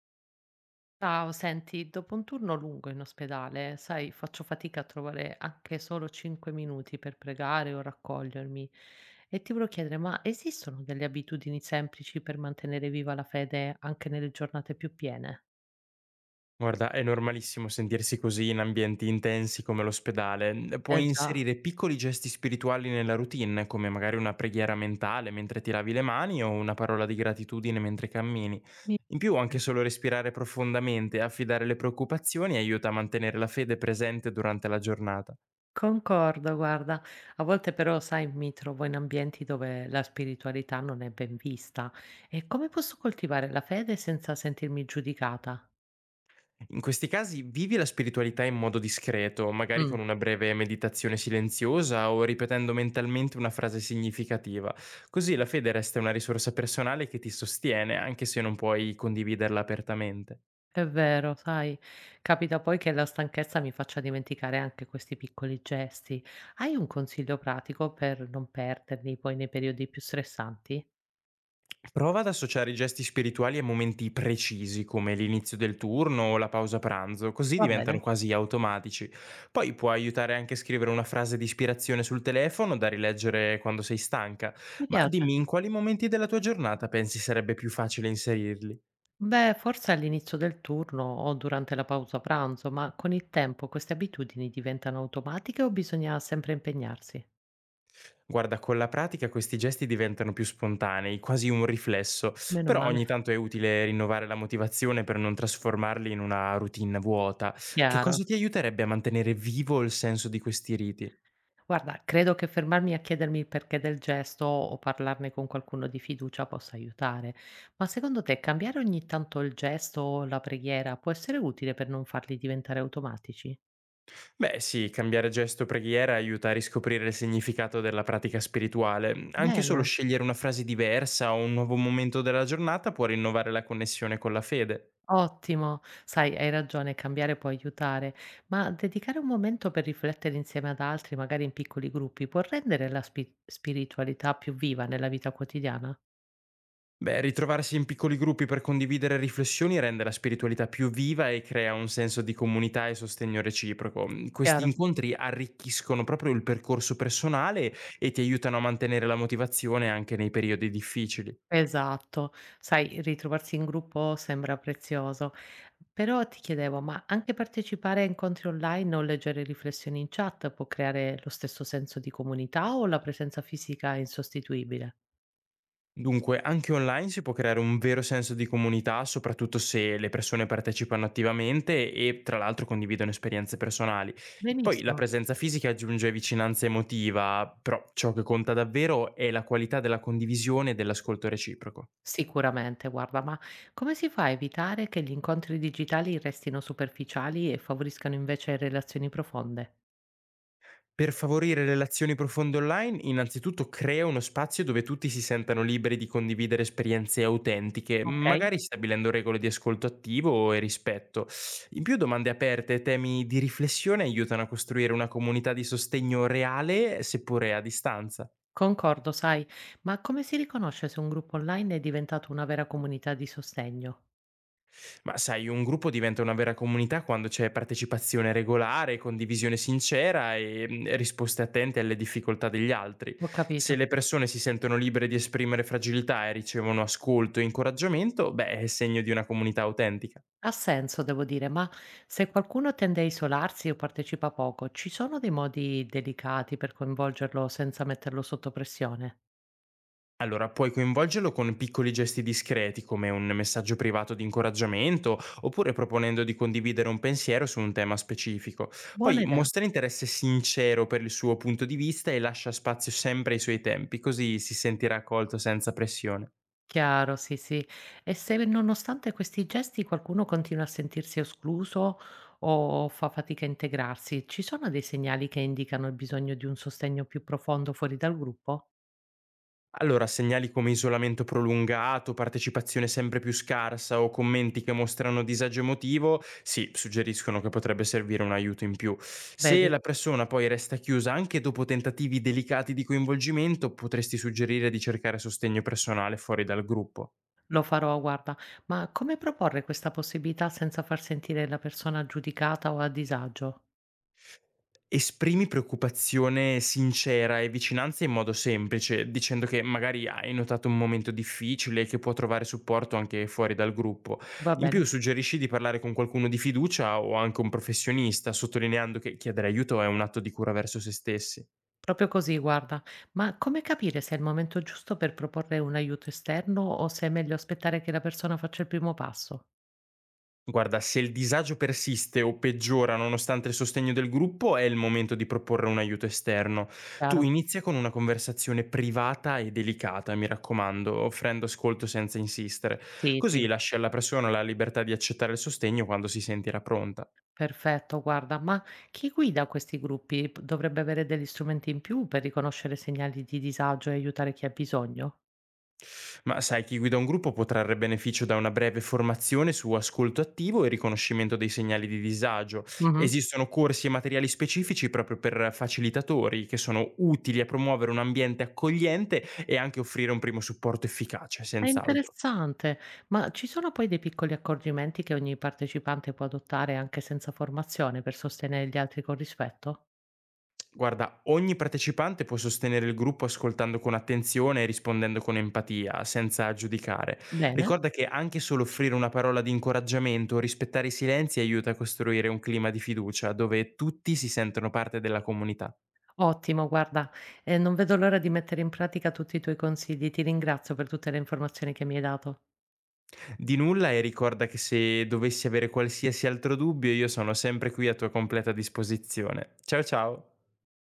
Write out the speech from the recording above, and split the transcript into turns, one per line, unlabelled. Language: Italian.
Ciao, senti, dopo un turno lungo in ospedale, sai, faccio fatica a trovare anche solo 5 minuti per pregare o raccogliermi. E ti volevo chiedere, ma esistono delle abitudini semplici per mantenere viva la fede anche nelle giornate più piene?
Guarda, è normalissimo sentirsi così in ambienti intensi come l'ospedale.
Eh
Puoi
già,
inserire piccoli gesti spirituali nella routine, come magari una preghiera mentale mentre ti lavi le mani o una parola di gratitudine mentre cammini.
mi-
In più, anche solo respirare profondamente e affidare le preoccupazioni aiuta a mantenere la fede presente durante la giornata.
concordo, guarda. A volte però, sai, mi trovo in ambienti dove la spiritualità non è ben vista. E come posso coltivare la fede senza sentirmi giudicata?
In questi casi vivi la spiritualità in modo discreto, magari
Mm.
con una breve meditazione silenziosa o ripetendo mentalmente una frase significativa. Così la fede resta una risorsa personale che ti sostiene, anche se non puoi condividerla apertamente.
È vero, sai, capita poi che la stanchezza mi faccia dimenticare anche questi piccoli gesti. Hai un consiglio pratico per non perderli poi nei periodi più stressanti?
Prova ad associare i gesti spirituali a momenti precisi, come l'inizio del turno o la pausa pranzo, così
Va bene,
diventano quasi automatici. Poi può aiutare anche a scrivere una frase di ispirazione sul telefono da rileggere quando sei stanca.
mi
Ma
piace.
dimmi, in quali momenti della tua giornata pensi sarebbe più facile inserirli?
Beh, forse all'inizio del turno o durante la pausa pranzo, ma con il tempo queste abitudini diventano automatiche o bisogna sempre impegnarsi?
Guarda, con la pratica questi gesti diventano più spontanei, quasi un riflesso,
Meno
però
male,
ogni tanto è utile rinnovare la motivazione per non trasformarli in una routine vuota. Che
chiaro.
cosa ti aiuterebbe a mantenere vivo il senso di questi riti?
Guarda, credo che fermarmi a chiedermi il perché del gesto o parlarne con qualcuno di fiducia possa aiutare, ma secondo te cambiare ogni tanto il gesto o la preghiera può essere utile per non farli diventare automatici?
Beh sì, cambiare gesto o preghiera aiuta a riscoprire il significato della pratica spirituale. Anche solo
Bene,
scegliere una frase diversa o un nuovo momento della giornata può rinnovare la connessione con la fede.
ottimo, sai, hai ragione, cambiare può aiutare, ma dedicare un momento per riflettere insieme ad altri, magari in piccoli gruppi, può rendere la spiritualità più viva nella vita quotidiana?
Beh, ritrovarsi in piccoli gruppi per condividere riflessioni rende la spiritualità più viva e crea un senso di comunità e sostegno reciproco. Questi
Chiaro?
incontri arricchiscono proprio il percorso personale e ti aiutano a mantenere la motivazione anche nei periodi difficili.
Esatto. Sai, ritrovarsi in gruppo sembra prezioso. Però ti chiedevo, ma anche partecipare a incontri online o leggere riflessioni in chat può creare lo stesso senso di comunità o la presenza fisica è insostituibile?
Dunque, anche online si può creare un vero senso di comunità, soprattutto se le persone partecipano attivamente e tra l'altro condividono esperienze personali. Poi la
Benissimo.
presenza fisica aggiunge vicinanza emotiva, però ciò che conta davvero è la qualità della condivisione e dell'ascolto reciproco.
Sicuramente, guarda, ma come si fa a evitare che gli incontri digitali restino superficiali e favoriscano invece relazioni profonde?
Per favorire relazioni profonde online, innanzitutto crea uno spazio dove tutti si sentano liberi di condividere esperienze autentiche,
Ok.
magari stabilendo regole di ascolto attivo e rispetto. In più, domande aperte e temi di riflessione aiutano a costruire una comunità di sostegno reale, seppure a distanza.
Concordo, sai, ma come si riconosce se un gruppo online è diventato una vera comunità di sostegno?
Ma sai, un gruppo diventa una vera comunità quando c'è partecipazione regolare, condivisione sincera e risposte attente alle difficoltà degli altri.
Ho
Se
capito.
le persone si sentono libere di esprimere fragilità e ricevono ascolto e incoraggiamento, beh, è segno di una comunità autentica.
Ha senso devo dire, ma se qualcuno tende a isolarsi o partecipa poco, ci sono dei modi delicati per coinvolgerlo senza metterlo sotto pressione?
Allora, puoi coinvolgerlo con piccoli gesti discreti, come un messaggio privato di incoraggiamento, oppure proponendo di condividere un pensiero su un tema specifico.
Buona
Poi
idea.
mostra interesse sincero per il suo punto di vista e lascia spazio sempre ai suoi tempi, così si sentirà accolto senza pressione.
Chiaro, sì, sì. E se nonostante questi gesti qualcuno continua a sentirsi escluso o fa fatica a integrarsi, ci sono dei segnali che indicano il bisogno di un sostegno più profondo fuori dal gruppo?
Allora, segnali come isolamento prolungato, partecipazione sempre più scarsa o commenti che mostrano disagio emotivo, sì, suggeriscono che potrebbe servire un aiuto in più. Se
Vedi,
la persona poi resta chiusa anche dopo tentativi delicati di coinvolgimento, potresti suggerire di cercare sostegno personale fuori dal gruppo.
lo farò, guarda. Ma come proporre questa possibilità senza far sentire la persona giudicata o a disagio?
Esprimi preoccupazione sincera e vicinanza in modo semplice, dicendo che magari hai notato un momento difficile e che può trovare supporto anche fuori dal gruppo.
Va
In
bene.
più suggerisci di parlare con qualcuno di fiducia o anche un professionista, sottolineando che chiedere aiuto è un atto di cura verso se stessi.
Proprio così, guarda. Ma come capire se è il momento giusto per proporre un aiuto esterno o se è meglio aspettare che la persona faccia il primo passo?
Guarda, se il disagio persiste o peggiora nonostante il sostegno del gruppo, è il momento di proporre un aiuto esterno. Tu
Chiaro?
inizia con una conversazione privata e delicata, mi raccomando, offrendo ascolto senza insistere.
Sì, sì.
Così lasci alla persona la libertà di accettare il sostegno quando si sentirà pronta.
Perfetto, guarda. Ma chi guida questi gruppi dovrebbe avere degli strumenti in più per riconoscere segnali di disagio e aiutare chi ha bisogno?
Ma sai, chi guida un gruppo può trarre beneficio da una breve formazione su ascolto attivo e riconoscimento dei segnali di disagio.
Mhm.
Esistono corsi e materiali specifici proprio per facilitatori che sono utili a promuovere un ambiente accogliente e anche offrire un primo supporto efficace,
È
senz'altro.
interessante, ma ci sono poi dei piccoli accorgimenti che ogni partecipante può adottare anche senza formazione per sostenere gli altri con rispetto?
Guarda, ogni partecipante può sostenere il gruppo ascoltando con attenzione e rispondendo con empatia, senza giudicare.
Bene.
Ricorda che anche solo offrire una parola di incoraggiamento o rispettare i silenzi aiuta a costruire un clima di fiducia dove tutti si sentono parte della comunità.
Ottimo, guarda, non vedo l'ora di mettere in pratica tutti i tuoi consigli. Ti ringrazio per tutte le informazioni che mi hai dato.
Di nulla e ricorda che se dovessi avere qualsiasi altro dubbio io sono sempre qui a tua completa disposizione. Ciao ciao!